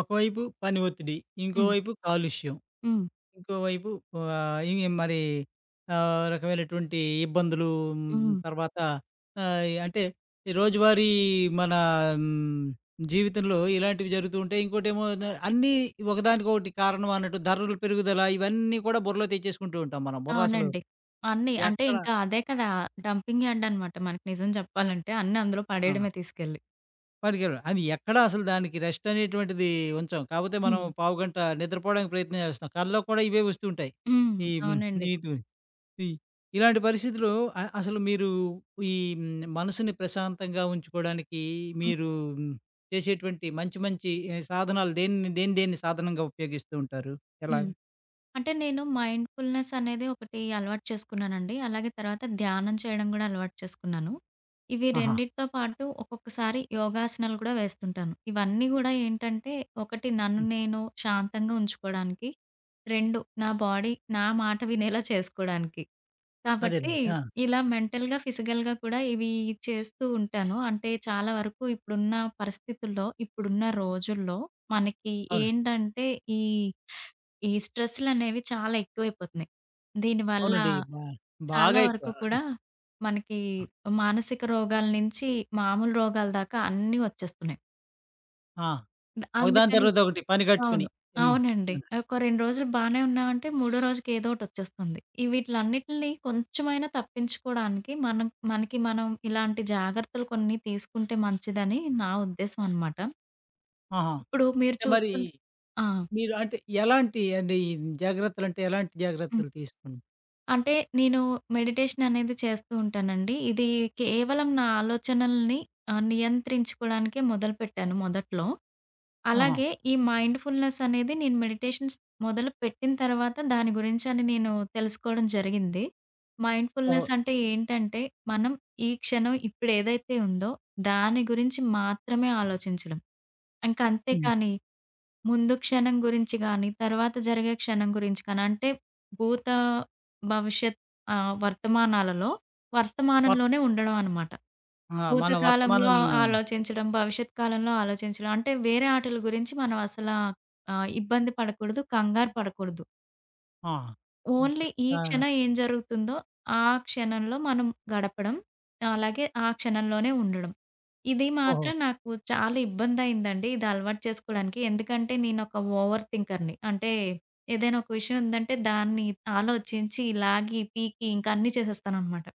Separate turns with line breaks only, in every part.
ఒకవైపు పని ఒత్తిడి,
హ్మ్.
ఇంకోవైపు కాలుష్యం,
హ్మ్.
ఇంకోవైపు ఆహ్, ఇ మరి రకమైనటువంటి ఇబ్బందులు,
హ్మ్.
తర్వాత అంటే ఈ రోజువారీ మన హ్మ్, జీవితంలో ఇలాంటివి జరుగుతూ ఉంటాయి. ఇంకోటేమో అన్నీ ఒకదానికొకటి కారణం అన్నట్టు ధరల పెరుగుదల ఇవన్నీ కూడా బుర్రలో తెచ్చేసుకుంటూ ఉంటాం మనం. బుర్ర అసలు
అవునండి. అన్నీ అంటే
ఎక్కడ.
ఇంకా అదే కదా! డంపింగ్ యార్డ్ అనమాట మనకి, నిజం చెప్పాలంటే. అన్నీ అందులో
ఆ!
పడేయడమే తీసుకెళ్ళి.
పడికెళ్ళ అది ఎక్కడ అసలు దానికి రెస్ట్ అనేటువంటిది ఉంచం. కాపోతే మనం
హ్మ్.
పావుగంట నిద్రపోవడానికి ప్రయత్నం చేస్తాం. కల్లో కూడా ఇవే వస్తూ ఉంటాయి.
హ్మ్.
ఈ
అవునండి.
నీటు ఈ ఇలాంటి పరిస్థితిలో అసలు మీరు ఈ మనసుని ప్రశాంతంగా ఉంచుకోవడానికి
హ్మ్.
మీరు హ్మ్, చేసేటువంటి మంచి మంచి సాధనాలు దేన్ని దేన్ని దేన్ని సాధనంగా ఉపయోగిస్తూ ఉంటారు? ఎలాగ?
హ్మ్. అంటే నేను మైండ్‌ఫుల్‌నెస్ అనేది ఒకటి అలవాటు చేసుకున్నానండి. అలాగే తర్వాత ధ్యానం చేయడం గూడా అలవాటు చేసుకున్నాను. ఇవి
ఆహా!
రెండిటితో పాటు ఒక్కొక్కసారి యోగాసనాలు గూడా వేస్తుంటాను. ఇవన్నీ గూడా ఏంటంటే, ఒకటి నన్ను
హ్మ్.
నేను శాంతంగా ఉంచుకోవడానికి, 2 నా బాడీ నా మాట వినేలా చేసుకోవడానికి. కాబట్టి
అదేలెండి. ఆ!
ఇలా మెంటల్‌గా, ఫిజికల్‌గా కూడా ఇవి చేస్తూ ఉంటాను. అంటే చాలా వరకు ఇప్పుడున్న పరిస్థితుల్లో, ఇప్పుడున్న రోజుల్లో మనకి
అవును.
ఏంటంటే ఈ ఈ స్ట్రెస్‌లనేవి చాలా ఎక్కువైపోతున్నాయి. దీనివల్ల
అవునండి.
చాలా
బాగా ఎక్కువ.
వరకు కూడా మనకి
ఆ!
మానసిక రోగాల నుంచి మామూలు రోగాల దాకా అన్నీ వచ్చేస్తున్నాయి.
ఆ, ఒకదాని
అందుకని
తర్వాత ఒకటి పని కట్టుకొని.
అవును.
హ్మ్.
అవునండి. ఒక 2 రోజులు బానే ఉన్నామంటే మూడో రోజుకి ఏదో ఒకటొచ్చేస్తుంది. ఈ వీటిలన్నిటిని కొంచెమైనా తప్పించుకోవడానికి మనం మనకి మనం ఇలాంటి జాగ్రత్తలు కొన్ని తీసుకుంటే మంచిదని నా ఉద్దేశం అనమాట.
ఆహా!
ఇప్పుడు మీరు
అంటే మరి
చూసుకున్ ఆ!
మీరు అంటే ఎలాంటి అండి జాగ్రత్తలంటే ఎలాంటి
హ్మ్.
జాగ్రత్తలు తీసుకున్నా?
అంటే నేను మెడిటేషన్ అనేది చేస్తూ ఉంటానండి. ఇది కేవలం నా ఆలోచనల్ని నియంత్రించుకోవడానికే మొదలుపెట్టాను మొదట్లో.
ఆహా!
అలాగే ఈ మైండ్‌ఫుల్‌నెస్ అనేది నేను మెడిటేషన్స్ మొదలుపెట్టిన తర్వాత దాని గురించని నేను తెలుసుకోవడం జరిగింది.
ఓహో!
మైండ్‌ఫుల్‌నెస్ అంటే ఏంటంటే, మనం ఈ క్షణం ఇప్పుడేదైతే ఉందో దాని గురించి మాత్రమే ఆలోచించడం. ఇంక అంతే
హ్మ్.
కానీ, ముందు క్షణం గురించి గానీ, తర్వాత జరిగే క్షణం గురించి కానీ, అంటే భూత, భవిష్యత్ వర్తమానాలలో
వర్త
వర్తమానంలోనే ఉండడం అనమాట.
ఆ! మన
భూతకాలంలో
వర్తమానంలోనే ఉండి.
ఆలోచించడం, భవిష్యత్ కాలంలో ఆలోచించడం. అంటే వేరే ఆటల గురించి మనం అసలా ఇబ్బంది పడకూడదు, కంగారు పడకూడదు.
ఆ!
Only
okay.
ఈ
ఆ!
క్షణం ఏం జరుగుతుందో ఆ క్షణంలో మనం గడపడం. అలాగే ఆ క్షణంలోనే ఉండడం. ఇది
ఓహో!
మాత్రం నాకు చాలా ఇబ్బందయిందండి. ఇది అలవాటు చేసుకోవడానికి. ఎందుకంటే నేనొక ఓవర్ థింకర్‌ని. అంటే ఏదైనా ఒక విషయం ఉందంటే దాన్ని ఆలోచించి, లాగి, పీకి ఇంకా అన్నీ చేసేస్తాననమాట.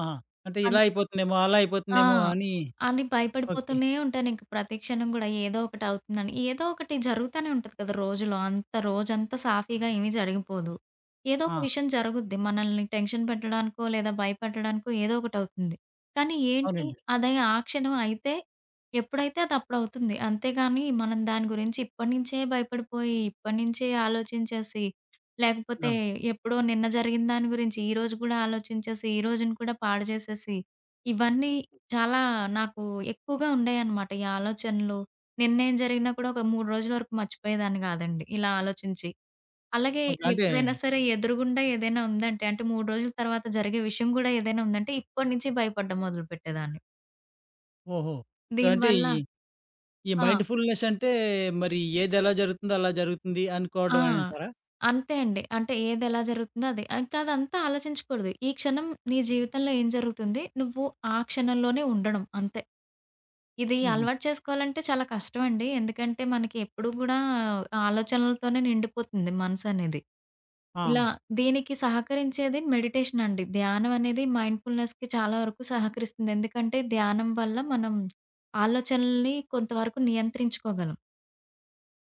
ఆహా! అంటే ఇలా అయిపోతుందేమో, అలా
ఆ!
అయిపోతుందేమో అని.
అని
ఓకే.
భయపడిపోతూనే ఉంటానింక ప్రతి క్షణం గూడా ఏదో ఒకటవుతుందని. ఏదో ఒకటి జరుగుతానే ఉంటది కదా రోజులో. అంత రోజంతా సాఫీగా ఏమీ జరిగిపోదు. ఏదో ఒక
ఆ!
విషయం జరుగుద్ది. మనల్ని టెన్షన్ పెట్టడానికో, లేదా భయపెట్టడానికో ఏదో ఒకటవుతుంది. కానీ ఏంటి,
అవునండి.
అదే ఆ క్షణం అయితే ఎప్పుడైతే అది అప్పుడవుతుంది. అంతేగాని మనం దాని గురించి ఇప్పటి నుంచే భయపడిపోయి, ఇప్పటి నుంచే ఆలోచించేసి, లేకపోతే
అవును.
ఎప్పుడో నిన్న జరిగిన దాని గురించి ఈరోజు గూడా ఆలోచించేసి, ఈ రోజుని కూడా పాడు చేసేసి, ఇవన్నీ చాలా నాకు ఎక్కువగా ఉండేయన్నమాట ఈ ఆలోచనలు. నిన్నేం జరిగినా కూడా ఒక 3 రోజుల వరకు మర్చిపోయేదాన్ని గాదండి ఇలా ఆలోచించి. అలాగే
ఓకే. అంటే
ఎప్పుడైనా సరే ఎదురుగుండా ఏదైనా ఉందంటే, అంటే 3 రోజుల తర్వాత జరిగే విషయం గూడా ఏదైనా ఉందంటే ఇప్పటి నుంచి భయపడడం మొదలుపెట్టేదాన్ని.
ఓహో! సో అంటే
దీనివల్ల
ఈ ఈ
ఆ!
మైండ్‌ఫుల్‌నెస్ అంటే మరి ఏది ఎలా జరుగుతుందో అలా జరుగుతుంది
ఆ!
అనుకోవడం అని అంటారా?
అంతే అండి. అంటే ఏదెలా జరుగుతుందో అది. ఇంకా అదంతా ఆలోచించకూడదు. ఈ క్షణం నీ జీవితంలో ఏం జరుగుతుంది? నువ్వు ఆ క్షణంలోనే ఉండడం అంతే. ఇది
హుహు.
అలవాటు చేసుకోవాలంటే చాలా కష్టమండి. ఎందుకంటే మనకి ఎప్పుడూ గూడా ఆలోచనలతోనే నిండిపోతుంది మనసనేది.
ఆ!
ఇలా దీనికి సహకరించేది మెడిటేషన్ అండి. ధ్యానం అనేది మైండ్‌ఫుల్‌నెస్‌కి చాలా వరకు సహకరిస్తుంది. ఎందుకంటే ధ్యానం వల్ల మనం ఆలోచనల్ని కొంతవరకు నియంత్రించుకోగలం.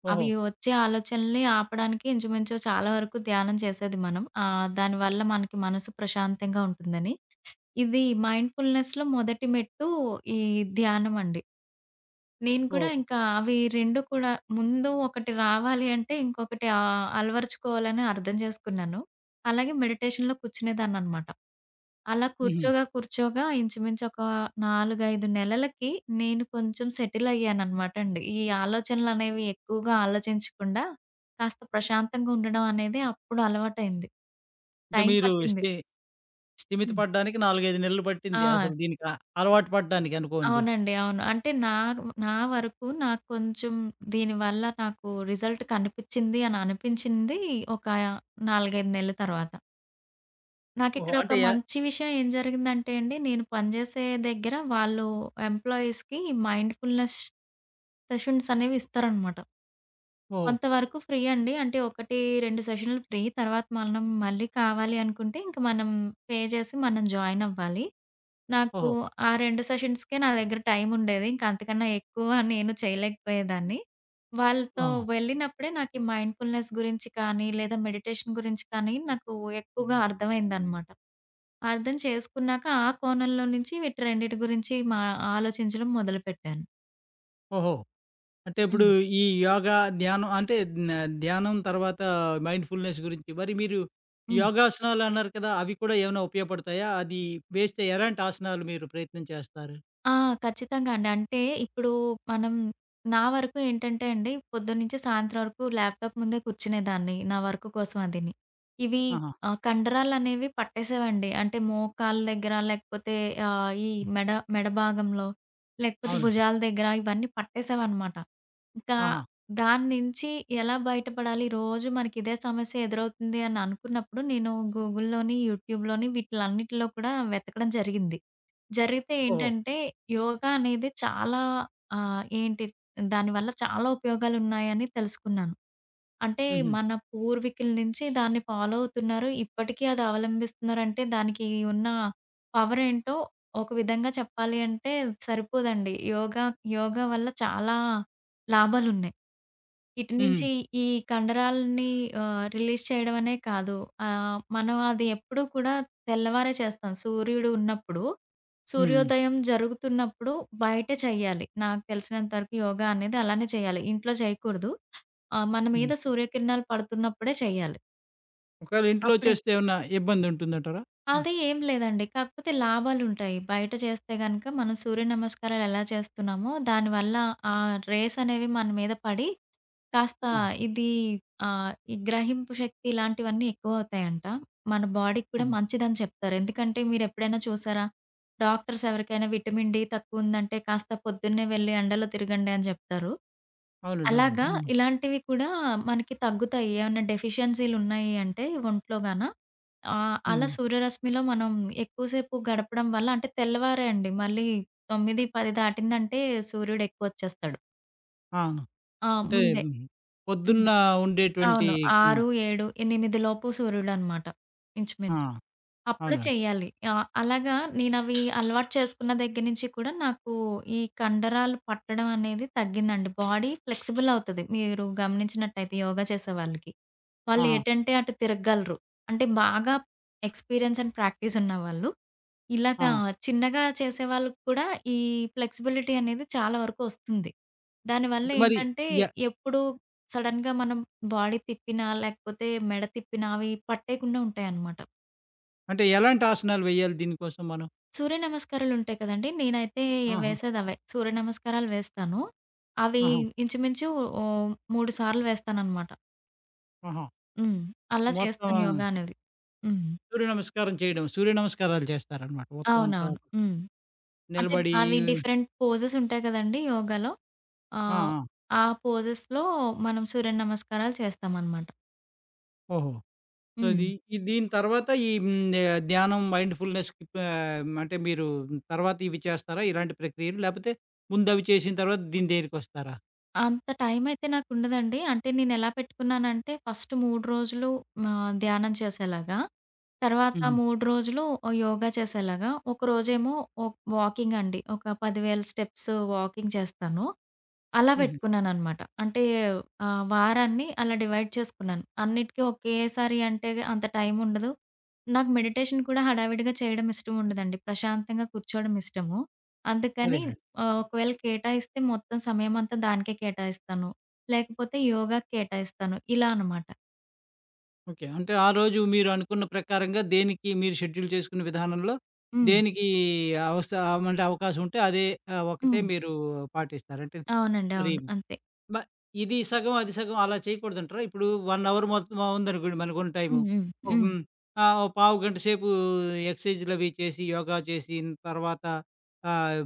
ఓహో!
అవి వచ్చే ఆలోచనల్ని ఆపడానికి ఇంచుమించు చాలా వరకు ధ్యానం చేసేది మనం. దానివల్ల మనకి మనసు ప్రశాంతంగా ఉంటుందని. ఇది మైండ్‌ఫుల్‌నెస్‌లో మొదటి మెట్టు ఈ ధ్యానం అండి. నేను కూడా
ఓహో!
ఇంకా అవి 2 కూడా ముందు ఒకటి రావాలి అంటే ఇంకొకటి అలవరుచుకోవాలని అర్థం చేసుకున్నాను. అలాగే
ఓకే.
మెడిటేషన్‌లో కూర్చునేదాన్ననమాట. అలా
హుహు.
కూర్చోగా, కూర్చోగా ఇంచుమించు ఒక 4, 5 నెలలకి నేను కొంచెం సెటిల్ అయ్యాననమాట అండి. ఈ ఆలోచనలనేవి ఎక్కువగా ఆలోచించకుండా కాస్త ప్రశాంతంగా ఉండడం అనేది అప్పుడు అలవాటయింది.
అంటే
టైం
మీరు
పట్టింది.
స్థిమిత
హ్మ్.
పడడానికి 4, 5 నెలలు పట్టింది.
ఆ!
అసలు దీనికి అలవాటు పడ్డానికి అనుకోండి.
అవునండి. అవును. అంటే నా నా వరకు నాకు కొంచెం దీనివల్ల నాకు రిజల్ట్ కనిపిచ్చింది అని అనిపించింది ఒక 4, 5 నెలల తర్వాత.
ఓహో!
నాకిక్కడ ఒక
అంటే
మంచి విషయం ఏం జరిగిందంటే అండి, నేను పనిచేసే దగ్గర వాళ్ళు ఎంప్లాయీస్‌కి మైండ్‌ఫుల్‌నెస్ సెషన్స్ అనేవి ఇస్తారనమాట.
ఓహో!
కొంతవరకు ఫ్రీ అండి. అంటే 1, 2 సెషన్‌లు ఫ్రీ. తర్వాత మనం మళ్ళీ కావాలి అనుకుంటే ఇంక మనం పే చేసి మనం జాయిన్ అవ్వాలి. నాకు
ఓహో!
ఆ 2 సెషన్స్‌కే నా దగ్గర టైం ఉండేది. ఇంక అంతకన్నా ఎక్కువ నేను చేయలేకపోయేదాన్ని. వాళ్ళతో
ఆ!
వెళ్ళినప్పుడే నాకు ఈ మైండ్‌ఫుల్‌నెస్ గురించి కానీ, లేదా మెడిటేషన్ గురించి కానీ నాకు ఎక్కువగా అర్థమైందనమాట. అర్థం చేసుకున్నాక ఆ కోణంలో నుంచి వీటి రెండిటి గురించి ఆలోచించడం మొదలుపెట్టాను.
ఓహో! అంటే ఇప్పుడు
హ్మ్.
ఈ యోగా, ధ్యానం అంటే న ధ్యానం తర్వాత మైండ్‌ఫుల్‌నెస్ గురించి మరి మీరు
హ్మ్.
యోగాసనాలు అన్నారు కదా! అవి కూడా ఏమైనా ఉపయోగపడతాయా? అది వేస్తే ఎలాంటి ఆసనాలు మీరు ప్రయత్నం చేస్తారు?
ఆ! ఖచ్చితంగా అండి. అంటే ఇప్పుడు మనం నా వరకు ఏంటంటే అండి, పొద్దున్నుంచి సాయంత్రం వరకు ల్యాప్‌టాప్ ముందే కూర్చునేదాన్ని. నా వర్క్ కోసం అదిని. ఇవి
ఆహా!
కండరాలనేవి పట్టేసేవండి. అంటే మోకాళ్ళ దగ్గర లేకపోతే ఈ
హ్మ్.
మెడ మెడ భాగంలో, లేకపోతే
అవునండి.
భుజాల దగ్గర ఇవన్నీ పట్టేసేవన్నమాట. ఇంకా
ఆహా!
దాని నుంచి ఎలా బయటపడాలి? రోజు మనకి ఇదే సమస్య ఎదురవుతుంది అని అనుకున్నప్పుడు నేను గూగుల్‌లోని, యూట్యూబ్‌లోని వీటిలన్నిటిలో కూడా వెతకడం జరిగింది. జరిగితే
ఓహో!
ఏంటంటే, యోగా అనేది చాలా ఆహ్, ఏంటి దానివల్ల చాలా ఉపయోగాలున్నాయని తెలుసుకున్నాను. అంటే
హుహు.
మన పూర్వీకుల నుంచి దాన్ని ఫాలో అవుతున్నారు. ఇప్పటికీ అది అవలంబిస్తున్నారంటే దానికి ఉన్న పవర్ ఏంటో ఒక విధంగా చెప్పాలి అంటే సరిపోదండి. యోగా యోగా వల్ల చాలా లాభాలున్నాయి. ఇటు
హుహు.
నుంచి ఈ కండరాలని రిలీజ్ చేయడం అనే కాదు. మనం అది ఎప్పుడూ కూడా తెల్లవారే చేస్తాం. సూర్యుడు ఉన్నప్పుడు,
హ్మ్.
సూర్యోదయం జరుగుతున్నప్పుడు బయట చేయాలి. నాకు తెలిసినంత వరకు యోగా అనేది అలానే చేయాలి. ఇంట్లో చేయకూడదు. మన
హ్మ్.
మీద సూర్యకిరణాలు పడుతున్నప్పుడే చేయాలి.
ఒకవేళ ఇంట్లో
అప్పుడే
చేస్తే ఏమన్నా ఇబ్బందుంటుందంటారా? హ్మ్.
అది ఏం లేదండి. కాకపోతే లాభాలుంటాయి. బయట చేస్తే గనక మనం సూర్య నమస్కారాలు ఎలా చేస్తున్నామో, దానివల్ల ఆ రేస్ అనేవి మన మీద పడి, కాస్త
ఆ!
ఇది ఈ గ్రహింపు శక్తి ఇలాంటివన్నీ ఎక్కువవుతాయంట. మన బాడీకి
ఆ!
కూడా మంచిదని చెప్తారు. ఎందుకంటే మీరెప్పుడైనా చూసారా? డాక్టర్స్ ఎవరికైనా విటమిన్ డి తక్కువుందంటే, కాస్త పొద్దున్నే వెళ్లి ఎండలో తిరగండి అని జెప్తారు.
అవునండి.
అలాగా
అవునండి. అవును.
ఇలాంటివి కూడా మనకి తగ్గుతాయి. ఏమన్నా డెఫిషియన్సీ‌లు ఉన్నాయి అంటే ఒంట్లో అలా
హ్మ్.
సూర్యరశ్మిలో మనం ఎక్కువ సేపు గడపడం వల్ల అంటే తెల్లవారే అండి. మళ్ళీ 9, 10 దాటిందంటే సూర్యుడు ఎక్కువొచ్చేస్తాడు.
ఆ!
ఆ!
అంటే
ముందే.
హ్మ్.
హ్మ్.
పొద్దున్న ఉండేటువంటి
అవును.
హ్మ్.
6, 7, 8 లోపు సూర్యుడనమాట
ఆ!
ఇంచుమించు. అప్పుడు
అవునండి.
చెయ్యాలి. అలాగా నేనవి అలవాటు చేసుకున్న దగ్గర నుంచి కూడా నాకు ఈ కండరాలు పట్టడం అనేది తగ్గిందండి. బాడీ ఫ్లెక్సిబుల్ అవుతది. మీరు గమనించినట్టయితే యోగా చేసే వాళ్ళకి. వాళ్ళు
ఆహా!
ఎటంటే అటు తిరగగలరు. అంటే బాగా ఎక్స్‌పీరియన్స్ అండ్ ప్రాక్టీస్ ఉన్నవాళ్ళు. ఇలాగా
ఆహా!
చిన్నగా చేసేవాళ్ళకి కూడా ఈ ఫ్లెక్సిబిలిటీ అనేది చాలా వరకు ఒస్తుంది. దానివల్ల
అంటే మరి
ఏంటంటే
ఎ
ఎప్పుడు సడెన్‌గా మనం బాడీ తిప్పినా, లేకపోతే మెడ తిప్పినా అవి పట్టేయకుండా ఉంటాయన్నమాట.
అంటే ఎలాంటి ఆసనాలు వేయాలి దీనికోసం మనం?
సూర్య నమస్కారాలుంటాయి కదండీ! నేనైతే
ఆహా!
వేసేదవే. సూర్య నమస్కారాలు వేస్తాను. అవి
ఆహా!
ఇంచుమించు 3 సార్లు వేస్తాననమాట.
ఆహా!
హ్మ్. అలా చేస్తాను
మొత్తం
యోగా అనేది. హ్మ్.
సూర్య నమస్కారం చేయడం. సూర్య నమస్కారాలు చేస్తారనమాట. మొత్తం అంతా
అవునవును. హ్మ్. అంటే
నిలబడి.
అవి డిఫరెంట్ పోజెస్ ఉంటాయి కదండీ యోగాలో.
ఆ!
ఆహ్,
ఆ!
ఆ పోజెస్‌లో మనం సూర్య నమస్కారాలు చేస్తామనమాట.
ఓహో! సో,
హ్మ్.
ఇది దీని తర్వాత ధ్యానం, మైండ్‌ఫుల్‌నెస్‌కి అంటే మీరు తర్వాత ఇవి చేస్తారా? ఇలాంటి ప్రక్రియలు? లేపోతే ముందవి చేసిన తర్వాత దేనికొస్తారా?
అంత టైమయితే నాకుండదండి. అంటే నేనెలా పెట్టుకున్నానంటే ఫస్ట్ 3 రోజులు ధ్యానం చేసేలాగా, తర్వాత
హుహు.
3 రోజులు యోగా చేసేలాగా, ఒకరోజేమో వాకింగండి. ఒక 10,000 స్టెప్స్ వాకింగ్ చేస్తాను. అలా
హుహు.
పెట్టుకున్నాననమాట. అంటే వారాన్ని అలా డివైడ్ చేసుకున్నాను. అన్నిటికి ఒకేసారి అంటే అంత టైముండదు. నాకు మెడిటేషన్ కూడా హడావిడిగా చేయడం ఇష్టముండదండి. ప్రశాంతంగా కూర్చోవడం ఇష్టము. అందుకని
అదేలెండి.
ఒకవేళ కేటాయిస్తే మొత్తం సమయమంతా దానికే కేటాయిస్తాను. లేకపోతే యోగాకి కేటాయిస్తాను. ఇలా అనమాట.
ఓకే. అంటే ఆ రోజు మీరు అనుకున్న ప్రకారంగా దేనికి మీరు షెడ్యూల్ చేసుకున్న విధానంలో
హ్మ్.
దేనికి అవస అంటే అవకాశం ఉంటే అదే ఒకటే
హ్మ్.
మీరు పాటిస్తారు. అంటే
అవునండి.
మరి
అవును. అంతే.
మ ఇది సగం, అది సగం అలా చేయకూడదంటారా? ఇప్పుడు 1 అవర్ మొత్తం ఉందనుకోండి మనకున్న టైము.
హ్మ్. హ్మ్.
ఒక
హ్మ్.
హ్మ్. ఓ పావు గంట సేపు ఎక్సర్‌సైజులవి చేసి, యోగా చేసిన తర్వాత ఆహ్,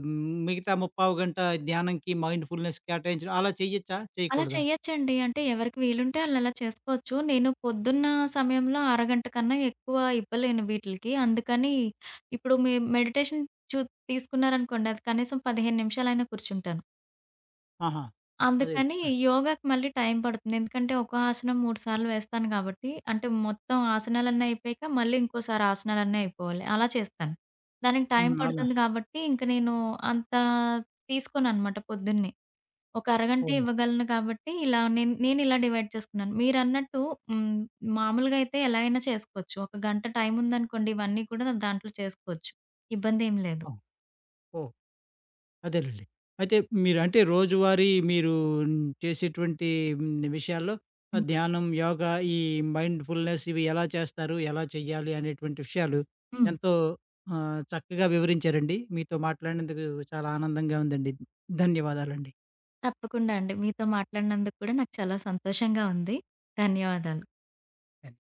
మిగతా ముప్పావు గంట ధ్యానంకి, మైండ్‌ఫుల్‌నెస్ కేటాయించడం అలా చేయొచ్చా?
అలా
చేయకూడదా?
చేయొచ్చండి. అంటే ఎవరికి వీలుంటే ఆళ్ళలా చేసుకోవచ్చు. నేను పొద్దున్న సమయంలో అరగంట కన్నా ఎక్కువ ఇవ్వలేను వీటిలకి. అందుకని ఇప్పుడు మీ మెడిటేషన్ చు తీసుకున్నారనుకోండి అది కనీసం 15 నిమిషాలైనా కూర్చుంటాను.
ఆహా! అదే.
అందుకని యోగాకి మళ్ళీ టైం పడుతుంది. ఎందుకంటే, ఒక ఆసనం 3 సార్లు వేస్తాను కాబట్టి, అంటే మొత్తం ఆసనాలన్నీ అయిపోయాక మళ్ళీ ఇంకోసారి ఆసనాలన్నీ అయిపోవాలి. అలా చేస్తాను. దానికి టైం
హ్మ్. అలా.
పడుతుంది కాబట్టి, ఇంక నేను అంత తీసుకోననమాట పొద్దున్నే. ఒక అరగంటే
ఓహో!
ఇవ్వగలను కాబట్టి, ఇలా నేనిలా డివైడ్ చేసుకున్నాను. మీరన్నట్టు హ్మ్, మామూలుగా అయితే ఎలా అయినా చేసుకోవచ్చు. ఒక గంట టైం ఉందనుకోండి, ఇవన్నీ కూడా దాంట్లో చేసుకోవచ్చు. ఇబ్బందేం లేదు.
ఓహ్! ఓహ్! అదేనండి. అయితే మీరంటే రోజువారీ మీరు మ్, చేసేటువంటి విషయాల్లో
హ్మ్.
ధ్యానం, యోగా, ఈ మైండ్‌ఫుల్‌నెస్ ఇవి ఎలా చేస్తారు? ఎలా చేయాలి? అనేటువంటి విషయాలు
హ్మ్.
ఎంతో చక్కగా వివరించారండి. మీతో మాట్లాడినందుకు చాలా ఆనందంగా ఉందండి. ధన్యవాదాలండి.
తప్పకుండా అండి. మీతో మాట్లాడినందుకు కూడా నాకు చాలా సంతోషంగా ఉంది. ధన్యవాదాలు.
ధన్